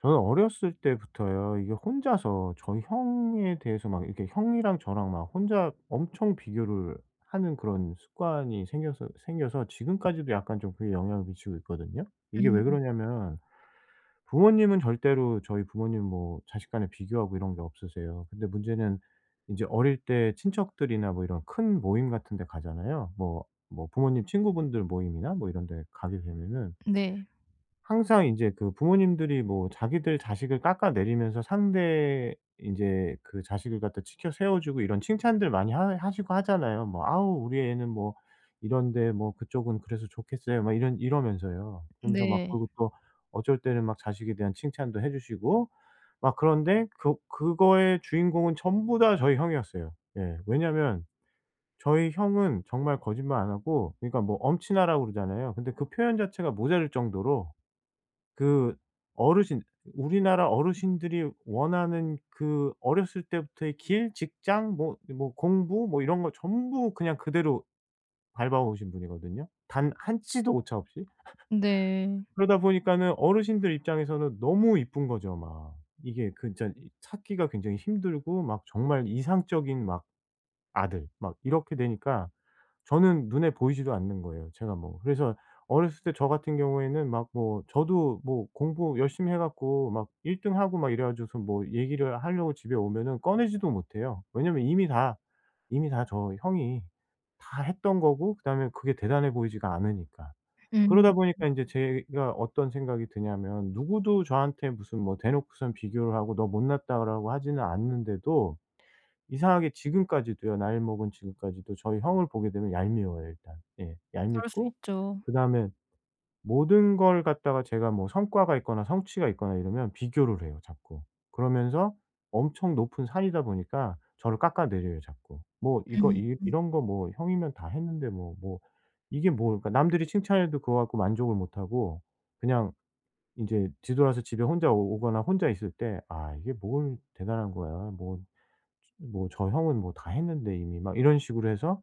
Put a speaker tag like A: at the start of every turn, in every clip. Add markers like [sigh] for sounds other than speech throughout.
A: 저는 어렸을 때부터요. 이게 혼자서 저희 형에 대해서 막 이렇게 형이랑 저랑 막 혼자 엄청 비교를 하는 그런 습관이 생겨서 지금까지도 약간 좀 그게 영향을 미치고 있거든요. 이게 왜
B: 음
A: 그러냐면 부모님은 절대로 저희 부모님 뭐 자식 간에 비교하고 이런 게 없으세요. 근데 문제는 이제 어릴 때 친척들이나 뭐 이런 큰 모임 같은 데 가잖아요. 뭐 뭐 부모님 친구분들 모임이나 뭐 이런 데 가게 되면은
B: 네.
A: 항상 이제 그 부모님들이 뭐 자기들 자식을 깎아내리면서 상대 인제 그 자식을 갖다 치켜 세워 주고 이런 칭찬들 많이 하 하시고 하잖아요. 뭐 "아우 우리 애는 뭐 이런데 뭐 그쪽은 그래서 좋겠어요." 막 이런 이러면서요. 그러면서 막,
B: 네.
A: 그리고 또 어쩔 때는 막 자식에 대한 칭찬도 해 주시고 막. 그런데 그 그거의 주인공은 전부 다 저희 형이었어요. 예. 왜냐면 저희 형은 정말 거짓말 안 하고, 그러니까 뭐 엄친아라고 그러잖아요. 근데 그 표현 자체가 모자랄 정도로 그 어르신, 우리나라 어르신들이 원하는 그 어렸을 때부터의 길, 직장 뭐 뭐 공부 뭐 이런 거 전부 그냥 그대로 밟아 오신 분이거든요, 단 한 치도 오차 없이.
B: 네.
A: 그러다 보니까는 어르신들 입장에서는 너무 이쁜 거죠 막. 이게 그 진짜 이 찾기가 굉장히 힘들고 막 정말 이상적인 막 아들 막 이렇게 되니까 저는 눈에 보이지도 않는 거예요 제가 뭐. 그래서 어렸을 때 저 같은 경우에는 막 뭐 저도 뭐 공부 열심히 해 갖고 막 일등 하고 막 이래 가지고서 뭐 얘기를 하려고 집에 오면은 꺼내지도 못해요. 왜냐면 이미 다 저 형이 다 했던 거고, 그다음에 그게 대단해 보이지가 않으니까.
B: 음
A: 그러다 보니까 인제 제가 어떤 생각이 드냐면, 누구도 저한테 무슨 뭐 대놓고선 비교를 하고 "너 못났다."라고 하지는 않는데도 이상하게 지금까지도요, 나이 먹은 지금까지도 저희 형을 보게 되면 얄미워요 일단. 예.
B: 그럴 수
A: 얄밉고,
B: 있죠.
A: 그다음에 모든 걸 갖다가 제가 뭐 성과가 있거나 성취가 있거나 이러면 비교를 해요 자꾸. 그러면서 엄청 높은 산이다 보니까 저를 깎아내려요 자꾸. 뭐 이거
B: 음
A: 이 이런 거 뭐 형이면 다 했는데 뭐 뭐 이게 뭐. 그러니까 남들이 칭찬해도 그거 갖고 만족을 못 하고, 그냥 인제 뒤돌아서 집에 혼자 오 오거나 혼자 있을 때 '아 이게 뭘 대단한 거야. 뭐' 뭐 "저 형은 뭐 다 했는데 이미." 막 이런 식으로 해서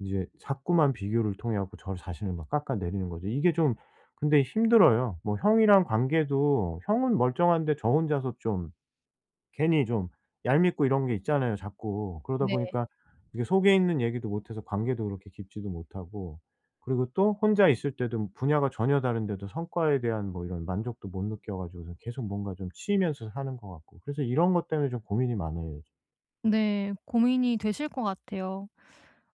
A: 이제 자꾸만 비교를 통해 갖고 저 자신을 막 깎아내리는 거죠. 이게 좀 근데 힘들어요. 뭐 형이랑 관계도 형은 멀쩡한데 저 혼자서 좀 괜히 좀 얄밉고 이런 게 있잖아요 자꾸. 그러다
B: 네.
A: 보니까 이게 속에 있는 얘기도 못 해서 관계도 그렇게 깊지도 못하고, 그리고 또 혼자 있을 때도 분야가 전혀 다른데도 성과에 대한 뭐 이런 만족도 못 느껴 가지고서 계속 뭔가 좀 치이면서 사는 것 같고, 그래서 이런 것 때문에 좀 고민이 많아요.
B: 네. 고민이 되실 것 같아요.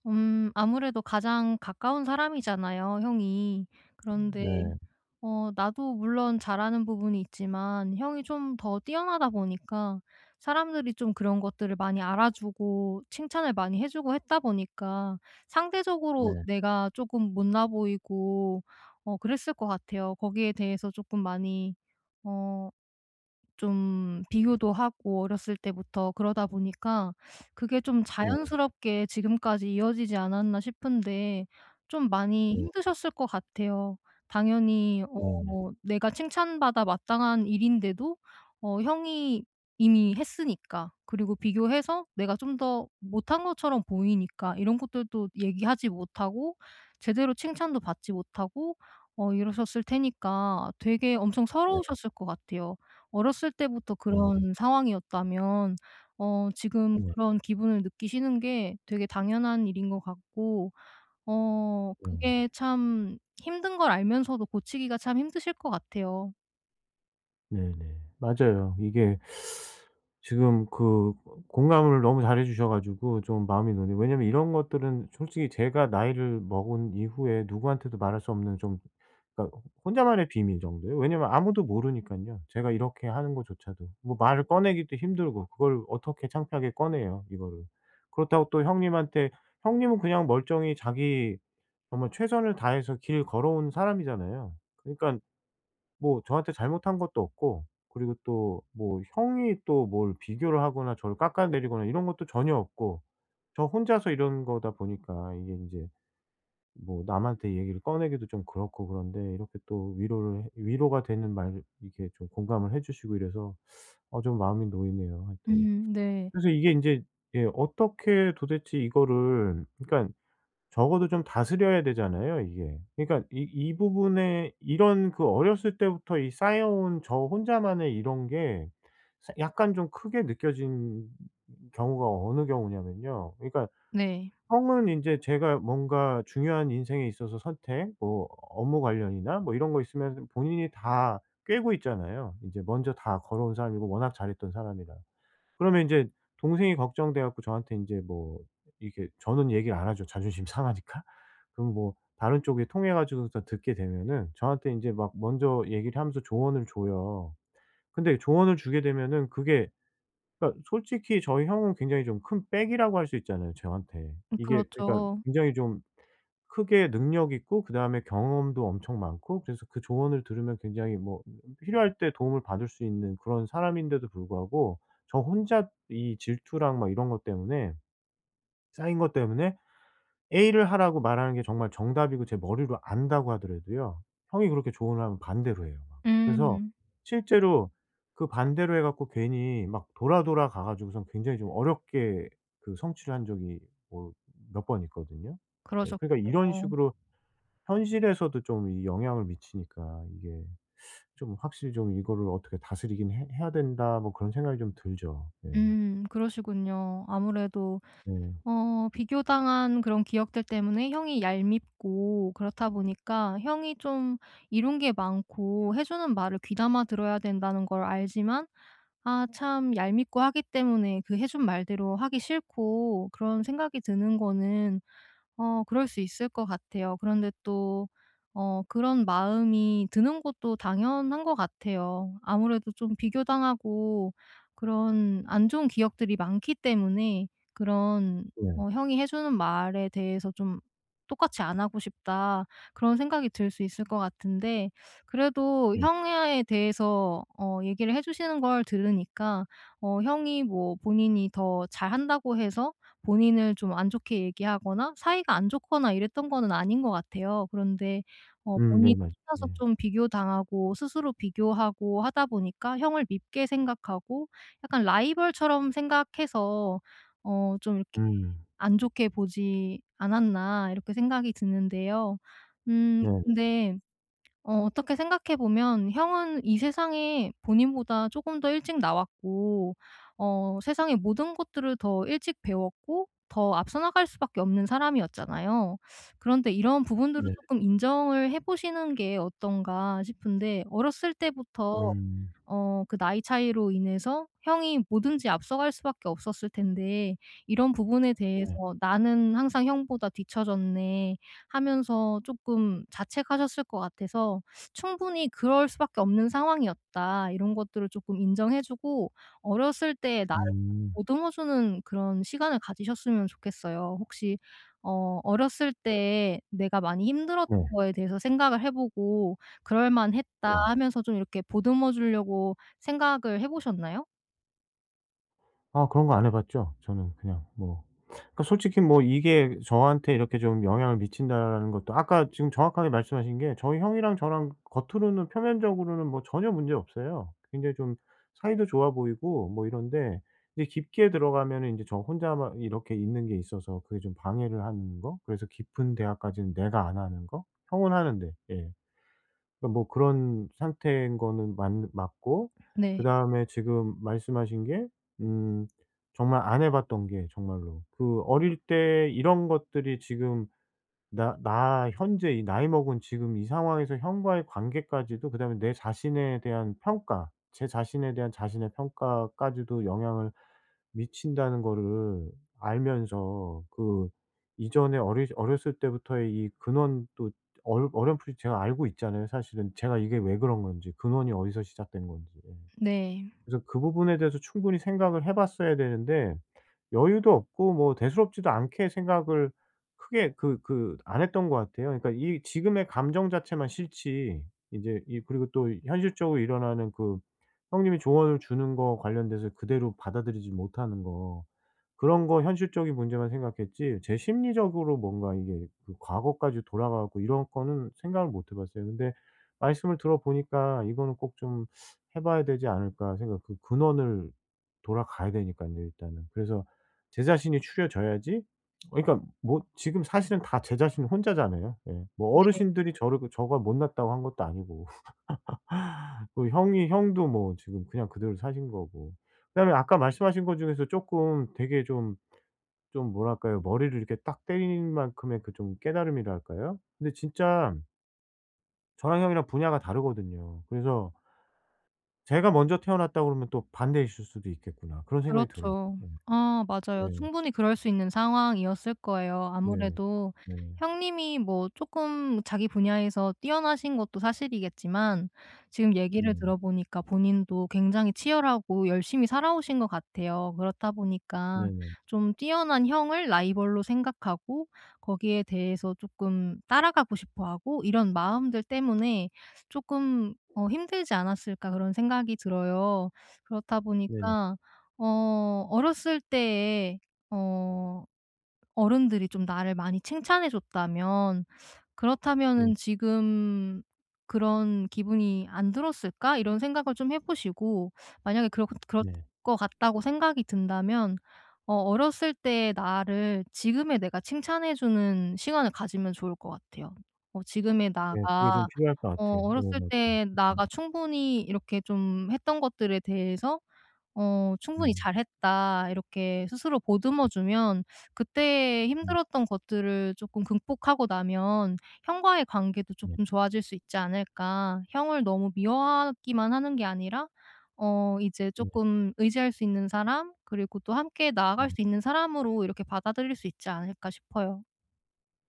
B: 아무래도 가장 가까운 사람이잖아요 형이. 그런데
A: 네.
B: 나도 물론 잘하는 부분이 있지만 형이 좀 더 뛰어나다 보니까 사람들이 좀 그런 것들을 많이 알아주고 칭찬을 많이 해 주고 했다 보니까 상대적으로
A: 네.
B: 내가 조금 못나 보이고 그랬을 것 같아요. 거기에 대해서 조금 많이 어 좀 비교도 하고 어렸을 때부터 그러다 보니까 그게 좀
A: 네.
B: 자연스럽게 지금까지 이어지지 않았나 싶은데 좀 많이
A: 네.
B: 힘드셨을 것 같아요. 당연히
A: 네네.
B: 내가 칭찬받아 마땅한 일인데도 형이 이미 했으니까 그리고 비교해서 내가 좀 더 못한 것처럼 보이니까 이런 것들도 얘기하지 못하고 제대로 칭찬도 받지 못하고 이러셨을 테니까 되게 엄청
A: 네.
B: 서러우셨을 것 같아요. 어렸을 때부터
A: 음.
B: 그런 상황이었다면 지금
A: 네.
B: 그런 기분을 느끼시는 게 되게 당연한 일인 것 같고
A: 네.
B: 그게 참 힘든 걸 알면서도 고치기가 참 힘드실 것 같아요.
A: 네네. 맞아요. 이게 지금 그 공감을 너무 잘해 주셔 가지고 좀 마음이 놓네요. 왜냐면 이런 것들은 솔직히 제가 나이를 먹은 이후에 누구한테도 말할 수 없는 좀, 그러니까 혼자만의 비밀 정도예요. 왜냐면 아무도 모르니깐요. 제가 이렇게 하는 것조차도. 뭐 말을 꺼내기도 힘들고, 그걸 어떻게 창피하게 꺼내요, 이거를. 그렇다고 또 형님한테. 형님은 그냥 멀쩡히 자기 정말 최선을 다해서 길 걸어온 사람이잖아요. 그러니까 뭐 저한테 잘못한 것도 없고, 그리고 또 뭐 형이 또 뭘 비교를 하거나 저를 깎아내리거나 이런 것도 전혀 없고, 저 혼자서 이런 거다 보니까 이게 인제 뭐 남한테 얘기를 꺼내기도 좀 그렇고. 그런데 이렇게 또 위로를 해 위로가 되는 말을 이렇게 좀 공감을 해 주시고 이래서 어 좀 마음이 놓이네요 하여튼.
B: 네.
A: 그래서 이게 인제 예 어떻게 도대체 이거를, 그러니까 적어도 좀 다스려야 되잖아요 이게. 그러니까 이 이 부분에 이런, 그 어렸을 때부터 이 쌓여온 저 혼자만의 이런 게 사 약간 좀 크게 느껴진 경우가 어느 경우냐면요. 그러니까
B: 네.
A: 형은 이제 제가 뭔가 중요한 인생에 있어서 선택 뭐 업무 관련이나 뭐 이런 거 있으면 본인이 다 꿰고 있잖아요. 이제 먼저 다 걸어온 사람이고 워낙 잘했던 사람이라. 그러면 인제 동생이 걱정돼 갖고 저한테 인제 뭐 이렇게. 저는 얘기를 안 하죠, 자존심 상하니까. 그럼 뭐 다른 쪽에 통해 가지고서 듣게 되면은 저한테 인제 막 먼저 얘기를 하면서 조언을 줘요. 근데 조언을 주게 되면은 그게, 그러니까 솔직히 저희 형은 굉장히 좀 큰 백이라고 할 수 있잖아요, 저한테. 이게 그러니까
B: 그렇죠.
A: 굉장히 좀 크게 능력 있고, 그다음에 경험도 엄청 많고. 그래서 그 조언을 들으면 굉장히 뭐 필요할 때 도움을 받을 수 있는 그런 사람인데도 불구하고, 저 혼자 이 질투랑 막 이런 것 때문에, 쌓인 것 때문에 A를 하라고 말하는 게 정말 정답이고 제 머리로 안다고 하더라도요, 형이 그렇게 조언을 하면 반대로 해요 막. 그래서
B: 음.
A: 실제로 그 반대로 해 갖고 괜히 막 돌아 가 가지고선 굉장히 좀 어렵게 그 성취를 한 적이 뭐 몇 번 있거든요. 예 그러니까 이런
B: 그러셨군요.
A: 식으로 현실에서도 좀 이 영향을 미치니까 이게 좀 확실히 좀 '이거를 어떻게 다스리긴 해 해야 된다.' 뭐 그런 생각이 좀 들죠. 예.
B: 그러시군요. 아무래도
A: 네,
B: 비교당한 그런 기억들 때문에 형이 얄밉고 그렇다 보니까 형이 좀 이룬 게 많고 해 주는 말을 귀담아 들어야 된다는 걸 알지만 아 참 얄밉고 하기 때문에 그 해준 말대로 하기 싫고 그런 생각이 드는 거는 그럴 수 있을 것 같아요. 그런데 또 그런 마음이 드는 것도 당연한 것 같아요. 아무래도 좀 비교당하고 그런 안 좋은 기억들이 많기 때문에 그런
A: 네,
B: 형이 해 주는 말에 대해서 좀 '똑같이 안 하고 싶다.' 그런 생각이 들 수 있을 것 같은데 그래도
A: 네.
B: 형에 대해서 얘기를 해 주시는 걸 들으니까 형이 뭐 본인이 더 잘한다고 해서 본인을 좀 안 좋게 얘기하거나 사이가 안 좋거나 이랬던 거는 아닌 것 같아요. 그런데
A: 음.
B: 본인
A: 네. 맞아요.
B: 혼자서
A: 예.
B: 좀 비교당하고 스스로 비교하고 하다 보니까 형을 밉게 생각하고 약간 라이벌처럼 생각해서 좀 이렇게
A: 음.
B: '안 좋게 보지 않았나.' 이렇게 생각이 드는데요.
A: 네네.
B: 근데 어떻게 생각해 보면 형은 이 세상에 본인보다 조금 더 일찍 나왔고 세상의 모든 것들을 더 일찍 배웠고 더 앞서 나갈 수밖에 없는 사람이었잖아요. 그런데 이런 부분들을
A: 네. 네.
B: 조금 인정을 해 보시는 게 어떤가 싶은데 어렸을 때부터
A: 음.
B: 그 나이 차이로 인해서 형이 뭐든지 앞서갈 수밖에 없었을 텐데 이런 부분에 대해서
A: 네.
B: '나는 항상 형보다 뒤처졌네.' 하면서 조금 자책하셨을 것 같아서 '충분히 그럴 수밖에 없는 상황이었다.' 이런 것들을 조금 인정해 주고 어렸을 때 나를
A: 음.
B: 보듬어 주는 그런 시간을 가지셨으면 좋겠어요. 혹시 어렸을 때 내가 많이 힘들었던
A: 네.
B: 거에 대해서 생각을 해 보고 '그럴 만했다.'
A: 네.
B: 하면서 좀 이렇게 보듬어 주려고 생각을 해 보셨나요?
A: 아 그런 거 안 해 봤죠? 저는 그냥 뭐, 그러니까 솔직히 뭐 이게 저한테 이렇게 좀 영향을 미친다라는 것도 아까 지금 정확하게 말씀하신 게, 저희 형이랑 저랑 겉으로는 표면적으로는 뭐 전혀 문제 없어요. 굉장히 좀 사이도 좋아 보이고 뭐 이런데, 이제 깊게 들어가면은 인제 저 혼자만 이렇게 있는 게 있어서 그게 좀 방해를 하는 거, 그래서 깊은 대화까지는 내가 안 하는 거. 형은 하는데. 예. 그러니까 뭐 그런 상태인 거는 맞 맞고,
B: 네.
A: 그다음에 지금 말씀하신 게 음 정말 안 해 봤던 게, 정말로 그 어릴 때 이런 것들이 지금 나 현재 이 나이 먹은 지금 이 상황에서 형과의 관계까지도, 그다음에 내 자신에 대한 평가, 제 자신에 대한 자신의 평가까지도 영향을 미친다는 거를 알면서, 그 이전에 어리 어렸을 때부터의 이 근원도 얼 어렴풋이 제가 알고 있잖아요 사실은. 제가 이게 왜 그런 건지, 근원이 어디서 시작된 건지. 예.
B: 네.
A: 그래서 그 부분에 대해서 충분히 생각을 해 봤어야 되는데 여유도 없고 뭐 대수롭지도 않게 생각을, 크게 그 안 했던 것 같아요. 그러니까 이 지금의 감정 자체만 싫지, 이제 이, 그리고 또 현실적으로 일어나는 그 형님이 조언을 주는 거 관련돼서 그대로 받아들이지 못하는 거, 그런 거 현실적인 문제만 생각했지, 제 심리적으로 뭔가 이게 그 과거까지 돌아가 갖고 이런 거는 생각을 못 해 봤어요. 근데 말씀을 들어 보니까 '이거는 꼭 좀 해 봐야 되지 않을까.' 생각, 그 근원을 돌아가야 되니깐요 일단은. 그래서 제 자신이 추려져야지 어, 그러니까 뭐 지금 사실은 다 제 자신 혼자잖아요. 예. 뭐 어르신들이 저를 그 저가 못났다고 한 것도 아니고 [laughs] 그 형이, 형도 뭐 지금 그냥 그대로 사신 거고. 그다음에 아까 말씀하신 것 중에서 쪼끔 되게 좀 뭐랄까요. 머리를 이렇게 딱 때리는 만큼의 그 좀 깨달음이랄까요? 근데 진짜 저랑 형이랑 분야가 다르거든요. 그래서 제가 먼저 태어났다 그러면 또 반대이실 수도 있겠구나. 그런 생각이 들어요.
B: 그렇죠.
A: 네.
B: 아 맞아요.
A: 네.
B: 충분히 그럴 수 있는 상황이었을 거예요.
A: 네.
B: 아무래도
A: 네.
B: 형님이 뭐 조금 자기 분야에서 뛰어나신 것도 사실이겠지만 지금 얘기를
A: 네.
B: 들어보니까 본인도 굉장히 치열하고 열심히 살아오신 것 같아요. 그렇다 보니까
A: 네네.
B: 좀 뛰어난 형을 라이벌로 생각하고 거기에 대해서 조금 따라가고 싶어하고 이런 마음들 때문에 조금 '힘들지 않았을까.' 그런 생각이 들어요. 그렇다
A: 네네.
B: 보니까 어렸을 때에 어 어른들이 좀 나를 많이 칭찬해 줬다면
A: 네. 네. 네.
B: 그렇다면은 '지금 그런 기분이 안 들었을까?' 이런 생각을 좀 해 보시고 만약에 그렇 그럴
A: 네.
B: 것 같다고 생각이 든다면 어렸을 때의 나를 지금의 내가 칭찬해 주는 시간을 가지면 좋을 것 같아요. 지금의
A: 네. 그게 좀
B: 나가
A: 필요할 것 같아요. 예 맞아요.
B: 어렸을 때
A: 네. 네.
B: 나가 충분히 이렇게 좀 했던 것들에 대해서 '충분히
A: 음.
B: 잘했다.' 이렇게 스스로 보듬어
A: 네.
B: 주면 그때
A: 네.
B: 힘들었던 것들을 조금 극복하고 나면 형과의 관계도
A: 네.
B: 조금 좋아질 수 있지 않을까. 형을 너무 미워하기만 하는 게 아니라 이제
A: 네.
B: 조금 의지할 수 있는 사람 그리고 또 함께 나아갈
A: 네.
B: 수 있는 사람으로 이렇게 받아들일 수 있지 않을까 싶어요.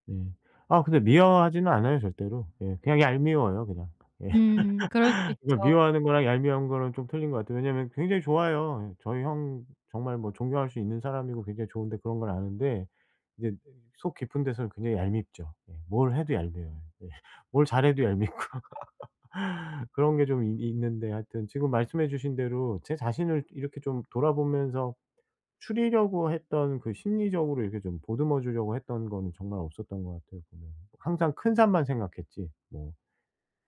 A: 네. 아 근데 미워하지는 않아요 절대로. 예. 그냥 얄미워요 그냥. 예.
B: 음. 그럴 수
A: 그러니까
B: 있죠.
A: 미워하는 거랑 얄미운 거는 좀 틀린 것 같아요. 왜냐하면 굉장히 좋아요. 저희 형 정말 뭐 존경할 수 있는 사람이고 굉장히 좋은데, 그런 걸 아는데 이제 속 깊은 데서는 굉장히 얄밉죠. 예. 뭘 해도 얄미워요. 예. [laughs] 뭘 잘해도 얄밉고 [laughs] 그런 게 좀 있 있는데, 하여튼 지금 말씀해 주신 대로 제 자신을 이렇게 좀 돌아보면서 추리려고 했던 그, 심리적으로 이렇게 좀 보듬어 주려고 했던 거는 정말 없었던 것 같아요 보면. 항상 큰 산만 생각했지 뭐.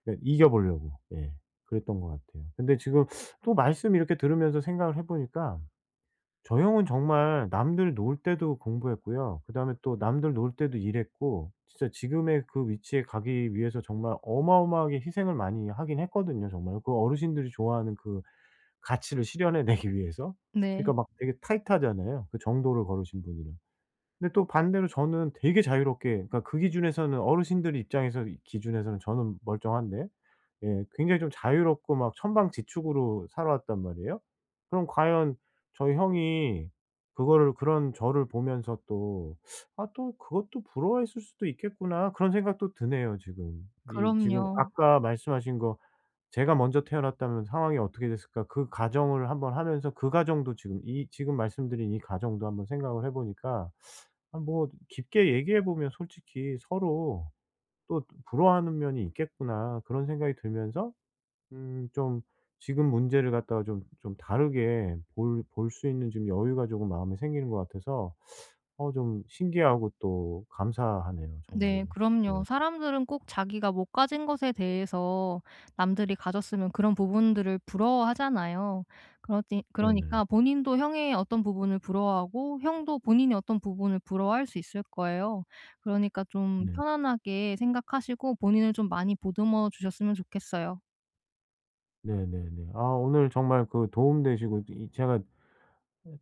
A: 예, 이겨보려고 예 그랬던 것 같아요. 근데 지금 또 말씀 이렇게 들으면서 생각을 해 보니까 저 형은 정말 남들 놀 때도 공부했고요. 그다음에 또 남들 놀 때도 일했고, 진짜 지금의 그 위치에 가기 위해서 정말 어마어마하게 희생을 많이 하긴 했거든요 정말. 그 어르신들이 좋아하는 그 가치를 실현해 내기 위해서.
B: 네.
A: 그러니까 막 되게 타이트하잖아요, 그 정도를 걸으신 분이라. 근데 또 반대로 저는 되게 자유롭게, 그러니까 그 기준에서는, 어르신들 입장에서 이 기준에서는 저는 멀쩡한데, 예 굉장히 좀 자유롭고 막 천방지축으로 살아왔단 말이에요. 그럼 과연 저희 형이 그거를, 그런 저를 보면서 또 '아 또 그것도 부러워했을 수도 있겠구나.' 그런 생각도 드네요 지금. 이 지금
B: 그럼요.
A: 아까 말씀하신 거 제가 먼저 태어났다면 상황이 어떻게 됐을까 그 가정을 한번 하면서, 그 가정도, 지금 이 지금 말씀드린 이 가정도 한번 생각을 해 보니까 아 뭐 깊게 얘기해 보면 솔직히 서로 또 '부러워하는 면이 있겠구나.' 그런 생각이 들면서 좀, 지금 문제를 갖다가 좀 다르게 볼 수 있는 좀 여유가 조금 마음에 생기는 것 같아서 어 좀 신기하고 또 감사하네요 정말로.
B: 네, 그럼요.
A: 네.
B: 사람들은 꼭 자기가 못 가진 것에 대해서 남들이 가졌으면 그런 부분들을 부러워하잖아요.
A: 네네.
B: 그러니까 본인도 형의 어떤 부분을 부러워하고 형도 본인이 어떤 부분을 부러워할 수 있을 거예요. 그러니까 좀
A: 네.
B: 편안하게 생각하시고 본인을 좀 많이 보듬어 주셨으면 좋겠어요.
A: 네네네. 아 오늘 정말 그 도움 되시고, 이 제가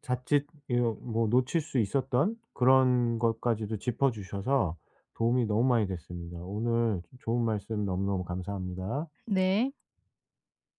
A: 자칫 이거 뭐 놓칠 수 있었던 그런 것까지도 짚어 주셔서 도움이 너무 많이 됐습니다. 오늘 좋은 말씀 너무너무 감사합니다.
B: 네.